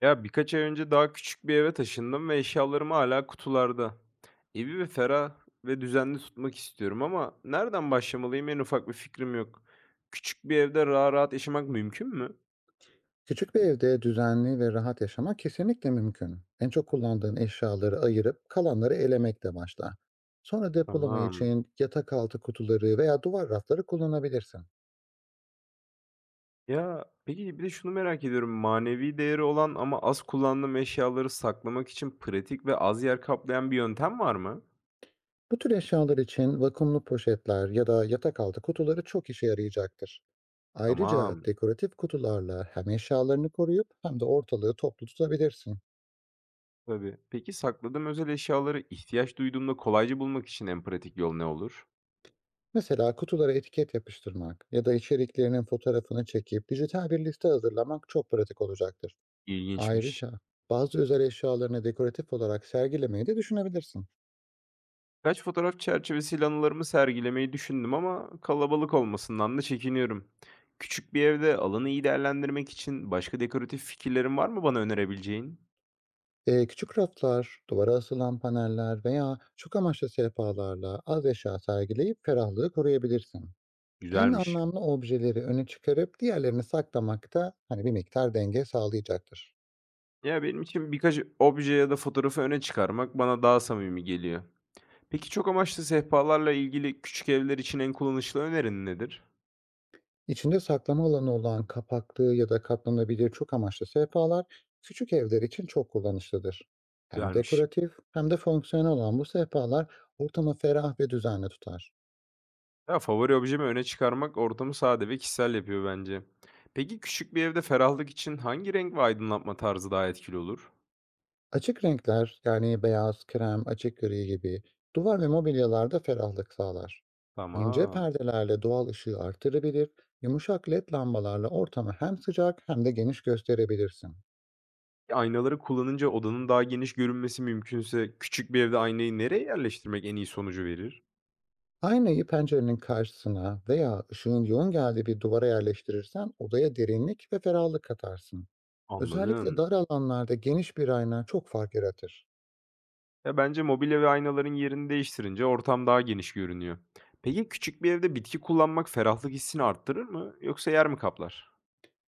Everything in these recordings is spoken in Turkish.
Ya birkaç ay önce daha küçük bir eve taşındım ve eşyalarım hala kutularda. Evi ve ferah ve düzenli tutmak istiyorum ama nereden başlamalıyım en ufak bir fikrim yok. Küçük bir evde rahat rahat yaşamak mümkün mü? Küçük bir evde düzenli ve rahat yaşamak kesinlikle mümkün. En çok kullandığın eşyaları ayırıp kalanları elemekle başla. Sonra depolama Tamam. için yatak altı kutuları veya duvar rafları kullanabilirsin. Ya peki bir de şunu merak ediyorum. Manevi değeri olan ama az kullandığım eşyaları saklamak için pratik ve az yer kaplayan bir yöntem var mı? Bu tür eşyalar için vakumlu poşetler ya da yatak altı kutuları çok işe yarayacaktır. Ayrıca Tamam. dekoratif kutularla hem eşyalarını koruyup hem de ortalığı toplu tutabilirsin. Tabii. Peki sakladığım özel eşyaları ihtiyaç duyduğumda kolayca bulmak için en pratik yol ne olur? Mesela kutulara etiket yapıştırmak ya da içeriklerinin fotoğrafını çekip dijital bir liste hazırlamak çok pratik olacaktır. İlginçmiş. Ayrıca bazı özel eşyalarını dekoratif olarak sergilemeyi de düşünebilirsin. Kaç fotoğraf çerçevesiyle anılarımı sergilemeyi düşündüm ama kalabalık olmasından da çekiniyorum. Küçük bir evde alanı iyi değerlendirmek için başka dekoratif fikirlerin var mı bana önerebileceğin? Küçük raflar, duvara asılan paneller veya çok amaçlı sehpalarla az eşya sergileyip ferahlığı koruyabilirsin. En Güzelmiş. anlamlı objeleri öne çıkarıp diğerlerini saklamak da hani bir miktar denge sağlayacaktır. Ya benim için birkaç obje ya da fotoğrafı öne çıkarmak bana daha samimi geliyor. Peki çok amaçlı sehpalarla ilgili küçük evler için en kullanışlı önerin nedir? İçinde saklama alanı olan kapaklı ya da katlanabilir çok amaçlı sehpalar küçük evler için çok kullanışlıdır. Hem Güzelmiş. dekoratif hem de fonksiyonel olan bu sehpalar ortamı ferah ve düzenli tutar. Ya favori objemi öne çıkarmak ortamı sade ve kişisel yapıyor bence. Peki küçük bir evde ferahlık için hangi renk ve aydınlatma tarzı daha etkili olur? Açık renkler, yani beyaz, krem, açık gri gibi duvar ve mobilyalarda ferahlık sağlar. İnce Tamam. perdelerle doğal ışığı artırabilir, yumuşak led lambalarla ortamı hem sıcak hem de geniş gösterebilirsin. Aynaları kullanınca odanın daha geniş görünmesi mümkünse küçük bir evde aynayı nereye yerleştirmek en iyi sonucu verir? Aynayı pencerenin karşısına veya ışığın yoğun geldiği bir duvara yerleştirirsen odaya derinlik ve ferahlık katarsın. Özellikle Anladım. dar alanlarda geniş bir ayna çok fark yaratır. Ya bence mobilya ve aynaların yerini değiştirince ortam daha geniş görünüyor. Peki küçük bir evde bitki kullanmak ferahlık hissini arttırır mı yoksa yer mi kaplar?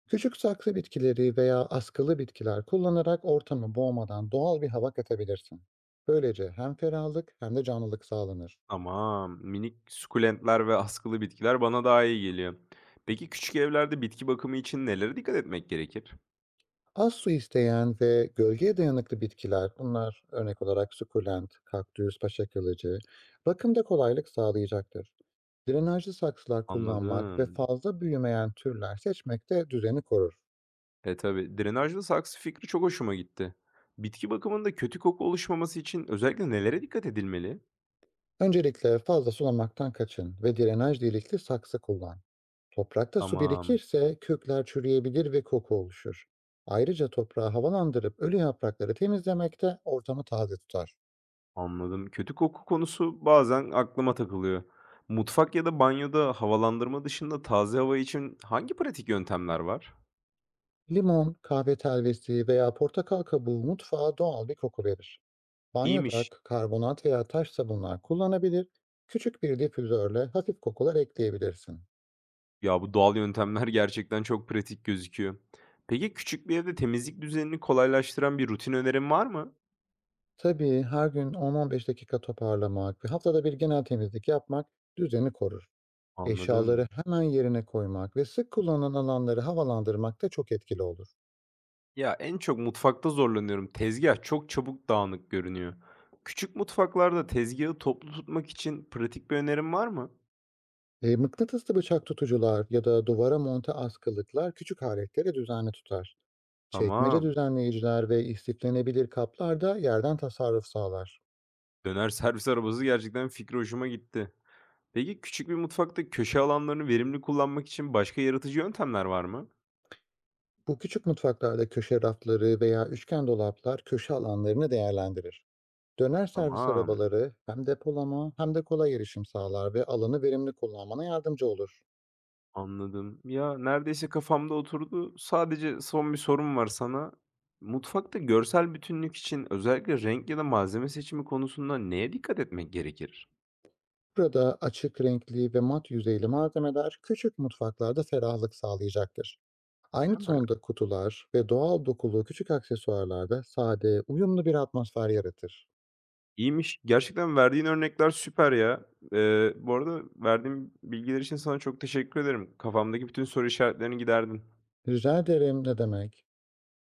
Küçük saksı bitkileri veya askılı bitkiler kullanarak ortamı boğmadan doğal bir hava katabilirsin. Böylece hem ferahlık hem de canlılık sağlanır. Tamam. Minik sukulentler ve askılı bitkiler bana daha iyi geliyor. Peki küçük evlerde bitki bakımı için nelere dikkat etmek gerekir? Az su isteyen ve gölgeye dayanıklı bitkiler, bunlar örnek olarak sukulent, kaktüs, paşa kılıcı, bakımda kolaylık sağlayacaktır. Drenajlı saksılar kullanmak ve Anladım. fazla büyümeyen türler seçmek de düzeni korur. E, tabii. Drenajlı saksı fikri çok hoşuma gitti. Bitki bakımında kötü koku oluşmaması için özellikle nelere dikkat edilmeli? Öncelikle fazla sulamaktan kaçın ve drenaj delikli saksı kullan. Toprakta su Tamam, birikirse kökler çürüyebilir ve koku oluşur. Ayrıca toprağı havalandırıp ölü yaprakları temizlemek de ortamı taze tutar. anladım. Kötü koku konusu bazen aklıma takılıyor. Mutfak ya da banyoda havalandırma dışında taze hava için hangi pratik yöntemler var? Limon, kahve telvesi veya portakal kabuğu mutfağa doğal bir koku verir. Banyoda İyiymiş. Karbonat veya taş sabunlar kullanabilir, küçük bir difüzörle hafif kokular ekleyebilirsin. Ya bu doğal yöntemler gerçekten çok pratik gözüküyor. Peki küçük bir evde temizlik düzenini kolaylaştıran bir rutin önerin var mı? Tabii her gün 10-15 dakika toparlamak ve haftada bir genel temizlik yapmak düzeni korur. Eşyaları Anladım. hemen yerine koymak ve sık kullanılan alanları havalandırmak da çok etkili olur. Ya, en çok mutfakta zorlanıyorum. Tezgah çok çabuk dağınık görünüyor. Küçük mutfaklarda tezgahı toplu tutmak için pratik bir önerim var mı? Mıknatıslı bıçak tutucular ya da duvara monte askılıklar küçük aletleri düzenli tutar. Çekmece Tamam. düzenleyiciler ve istiflenebilir kaplar da yerden tasarruf sağlar. Döner servis arabası gerçekten fikri hoşuma gitti. Peki küçük bir mutfakta köşe alanlarını verimli kullanmak için başka yaratıcı yöntemler var mı? Bu küçük mutfaklarda köşe rafları veya üçgen dolaplar köşe alanlarını değerlendirir. Döner servis Tamam, arabaları hem depolama hem de kolay erişim sağlar ve alanı verimli kullanmana yardımcı olur. anladım. Ya, neredeyse kafamda oturdu. Sadece son bir sorum var sana. Mutfakta görsel bütünlük için özellikle renk ya da malzeme seçimi konusunda neye dikkat etmek gerekir? Burada açık renkli ve mat yüzeyli malzemeler küçük mutfaklarda ferahlık sağlayacaktır. Değil Aynı mi? tonda kutular ve doğal dokulu küçük aksesuarlar da sade, uyumlu bir atmosfer yaratır. İyiymiş. Gerçekten verdiğin örnekler süper ya. Bu arada verdiğin bilgiler için sana çok teşekkür ederim. Kafamdaki bütün soru işaretlerini giderdin. Rica ederim, ne demek?